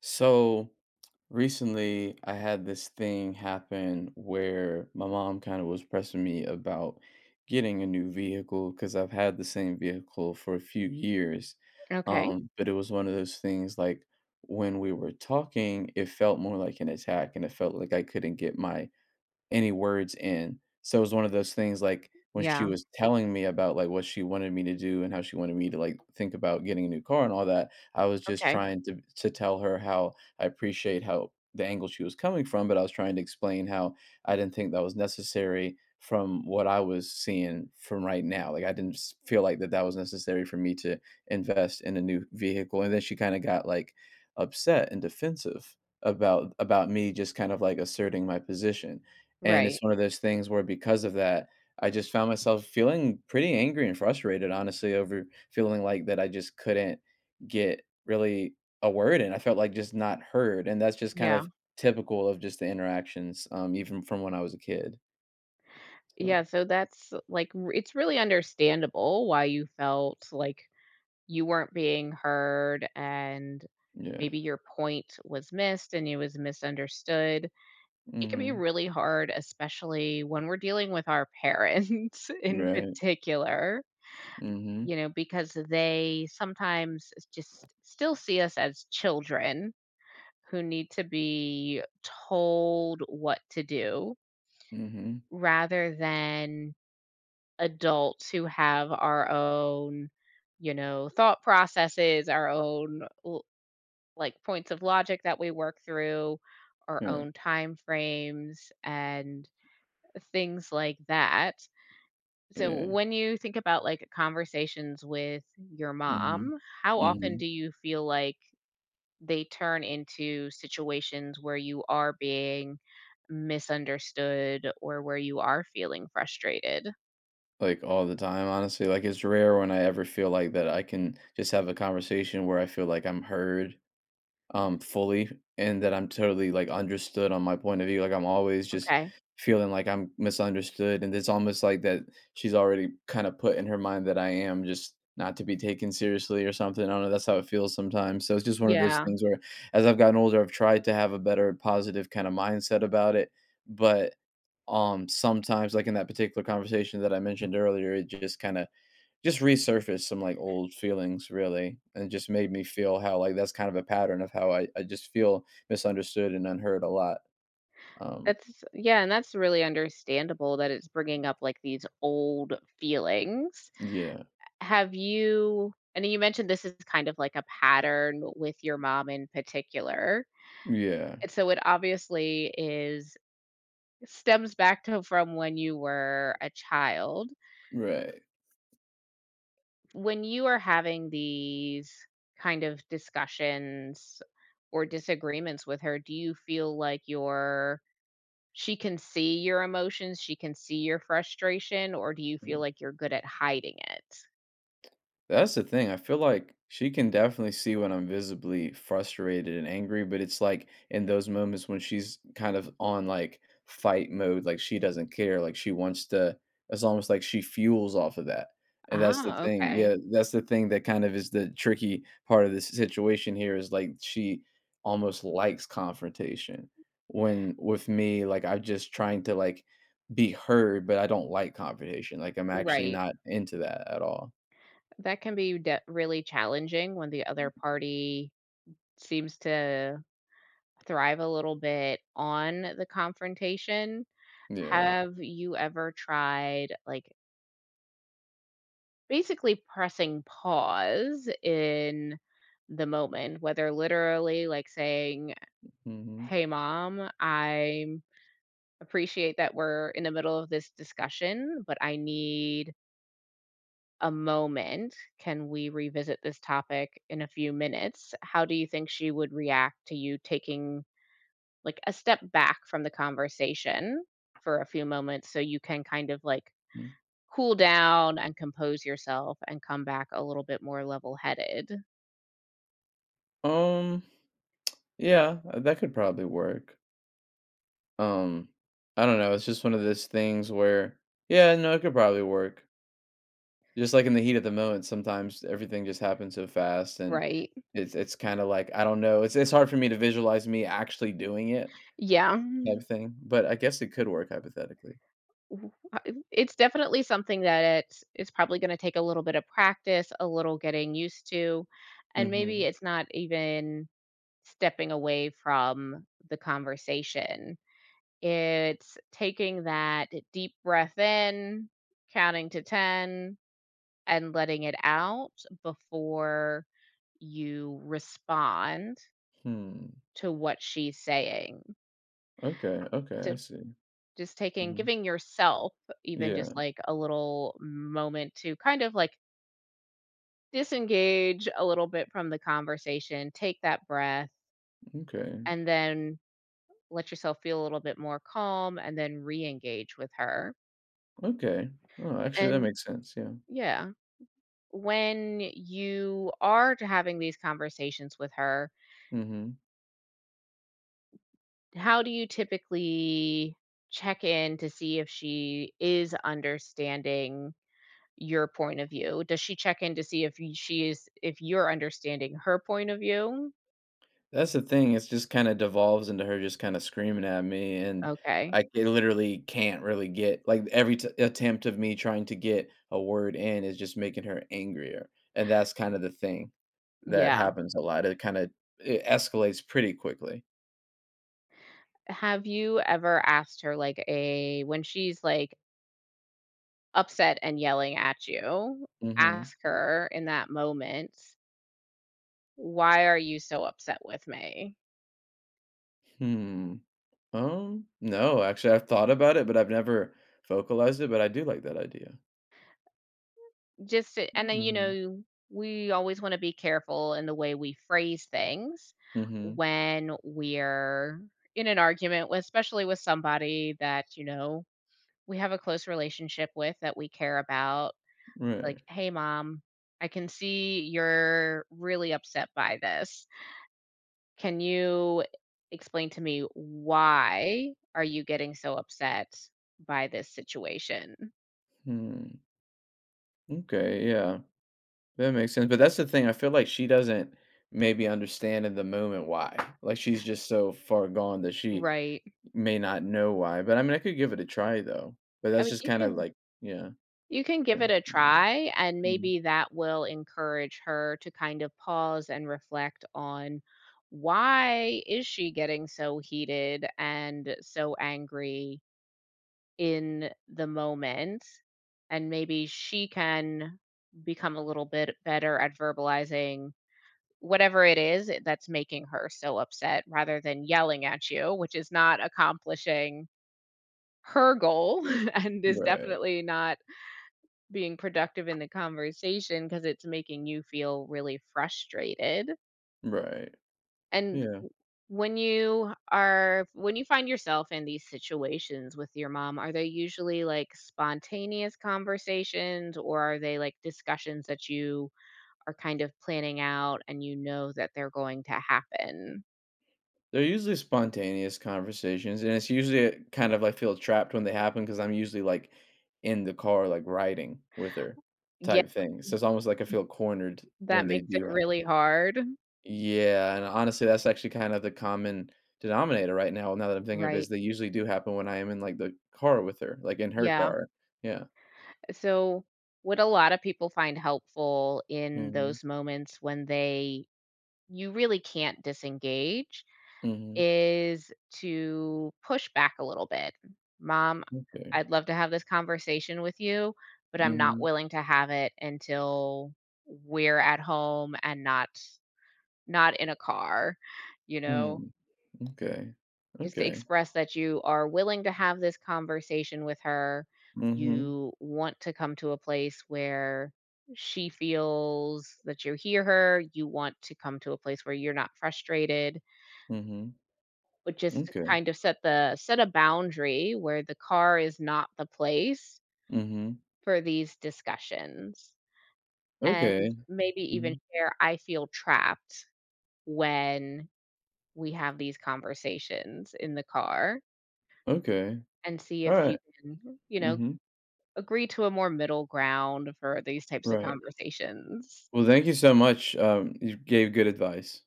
So recently, I had this thing happen where my mom kind of was pressing me about getting a new vehicle because I've had the same vehicle for a few years. Okay. But it was one of those things like when we were talking, it felt more like an attack and it felt like I couldn't get my any words in. So it was one of those things, like, when she Yeah. was telling me about, like, what she wanted me to do and how she wanted me to, like, think about getting a new car and all that, I was just Okay. trying to tell her how I appreciate how the angle she was coming from, but I was trying to explain how I didn't think that was necessary from what I was seeing from right now. Like, I didn't s feel like that was necessary for me to invest in a new vehicle, and then she kinda got, like, upset and defensive about me just kind of, like, asserting my position. And Right. it's one of those things where because of that, I just found myself feeling pretty angry and frustrated, honestly, over feeling like that I just couldn't get really a word in. I felt like just not heard. And that's just kind Yeah. of typical of just the interactions, even from when I was a kid. So Yeah. So that's like, it's really understandable why you felt like you weren't being heard and yeah. maybe your point was missed and it was misunderstood. It can be Mm-hmm. really hard, especially when we're dealing with our parents in Right. particular, Mm-hmm. you know, because they sometimes just still see us as children who need to be told what to do Mm-hmm. rather than adults who have our own, you know, thought processes, our own like points of logic that we work through, our Yeah. own time frames and things like that. So Yeah. when you think about like conversations with your Mm-hmm. mom, how often Mm-hmm. do you feel like they turn into situations where you are being misunderstood or where you are feeling frustrated? Like all the time, honestly. Like it's rare when I ever feel like that I can just have a conversation where I feel like I'm heard fully and that I'm totally, like, understood on my point of view, like, I'm always just Okay. feeling like I'm misunderstood, and it's almost like that she's already kinda put in her mind that I am just not to be taken seriously or something, I don't know, that's how it feels sometimes, so it's just one of those Yeah, things where as I've gotten older, I've tried to have a better positive kinda mindset about it, but, sometimes, like, in that particular conversation that I mentioned earlier, it just kinda just resurfaced some, like, old feelings, really, and it just made me feel how, like, that's kind of a pattern of how I just feel misunderstood and unheard a lot. Um, yeah, and that's really understandable that it's bringing up, like, these old feelings. yeah. Have you and You mentioned this is kind of like a pattern with your mom in particular, Yeah. and so it obviously is stems back to from when you were a child. Right. When you are having these kind of discussions or disagreements with her, do you feel like you're she can see your emotions, she can see your frustration, or do you feel like you're good at hiding it? That's the thing. I feel like she can definitely see when I'm visibly frustrated and angry, but it's like in those moments when she's kind of on like fight mode, like she doesn't care. Like she wants to, it's almost like she fuels off of that. And that's the Ah, thing. okay. Yeah. That's the thing that kind of is the tricky part of this situation here is like she almost likes confrontation. When with me, like I'm just trying to like be heard, but I don't like confrontation. Like I'm actually Right. not into that at all. That can be de really challenging when the other party seems to thrive a little bit on the confrontation. Yeah. Have you ever tried, like, basically pressing pause in the moment, whether literally, like, saying, Mhm, "Hey, mom, I'm" appreciate that we're in the middle of this discussion, but I need a moment. Can we revisit this topic in a few minutes?" How do you think she would react to you taking like a step back from the conversation for a few moments so you can kind of like mm. cool down and compose yourself and come back a little bit more level headed? Um, yeah, that could probably work. Um, I don't know, it's just one of those things where yeah, no, it could probably work. Just like in the heat of the moment, sometimes everything just happens so fast and Right. it's kinda like, I don't know, it's hard for me to visualize me actually doing it Yeah. type thing, but I guess it could work hypothetically. W It's definitely something that it's probably gonna take a little bit of practice, a little getting used to, and maybe Mhm. it's not even stepping away from the conversation. It's taking that deep breath in, counting to 10, and letting it out before you respond Hmm. to what she's saying. Okay, okay, I So see. just taking Mhm. giving yourself even Yeah, just, like, a little moment to kind of, like, disengage a little bit from the conversation, take that breath, okay, and then let yourself feel a little bit more calm and then re-engage with her. okay. Oh, actually, that And makes sense, yeah. yeah, when you are to having these conversations with her, Mhm. how do you typically check in to see if she is understanding your point of view? Does she check in to see if y- she is if you're understanding her point of view? That's the thing, it's just kinda devolves into her just kinda screaming at me, and Okay. I ca literally can't really get like, every t attempt of me trying to get a word in is just making her angrier, and that's kinda the thing that Yeah. happens a lot, it kinda it escalates pretty quickly. Have you ever asked her, like, a when she's, like, upset and yelling at you, Mhm. ask her in that moment, "Why are you so upset with me?" Hmm. No, actually, I've thought about it, but I've never vocalized it, but I do like that idea. Just to and then, you Mhm. know, we always wanna be careful in the way we phrase things Mhm. when we're in an argument with, especially with somebody that, you know, we have a close relationship with, that we care about. Right. Like, "Hey, mom, I can see you're really upset by this. Can you explain to me why are you getting so upset by this situation?" Hmm. Okay, yeah. That makes sense, but that's the thing, I feel like she doesn't maybe understand in the moment why. Like, she's just so far gone that she Right. may not know why, but, I mean, I could give it a try, though, but I that's mean, just you kinda can, like yeah. you can give it And- a try and Mm. maybe that will encourage her to kind of pause and reflect on why is she getting so heated and so angry in the moment, and maybe she can become a little bit better at verbalizing whatever it is that's making her so upset rather than yelling at you, which is not accomplishing her goal and is Right, definitely not being productive in the conversation because it's making you feel really frustrated. right, And yeah. When you find yourself in these situations with your mom, are they usually like spontaneous conversations or are they like discussions that you are kind of planning out and you know that they're going to happen? They're usually spontaneous conversations, and it's usually, kind of I feel trapped when they happen because 'cause I'm usually, like, in the car, like, riding with her Yeah, type thing, so it's almost like I feel cornered when that they makes it do really happen. hard. Yeah, and honestly, that's actually kind of the common denominator right now, now that I'm thinking of it, is Right. they usually do happen when I am in, like, the car with her, like, in her Yeah. car. Yeah. So, what a lot of people find helpful in Mhm. those moments when they you really can't disengage Mhm. is to push back a little bit. "Mom, Okay. I'd love to have this conversation with you, but I'm not Mhm. willing to have it until we're at home and not in a car," you Hmm. know? Mm. Okay. Just to Okay. express that you are willing to have this conversation with her. Mhm. You want to come to a place where she feels that you hear her. You want to come to a place where you're not frustrated, Mhm. but just to Okay. kind of set a boundary where the car is not the place Mhm. for these discussions. And Okay. maybe even Mhm. share, I feel trapped when we have these conversations in the car Okay. and see if you Alright. can, you know, Mhm. agree to a more middle ground for these types of Mm. Right. conversations. Well, thank you so much, you gave good advice.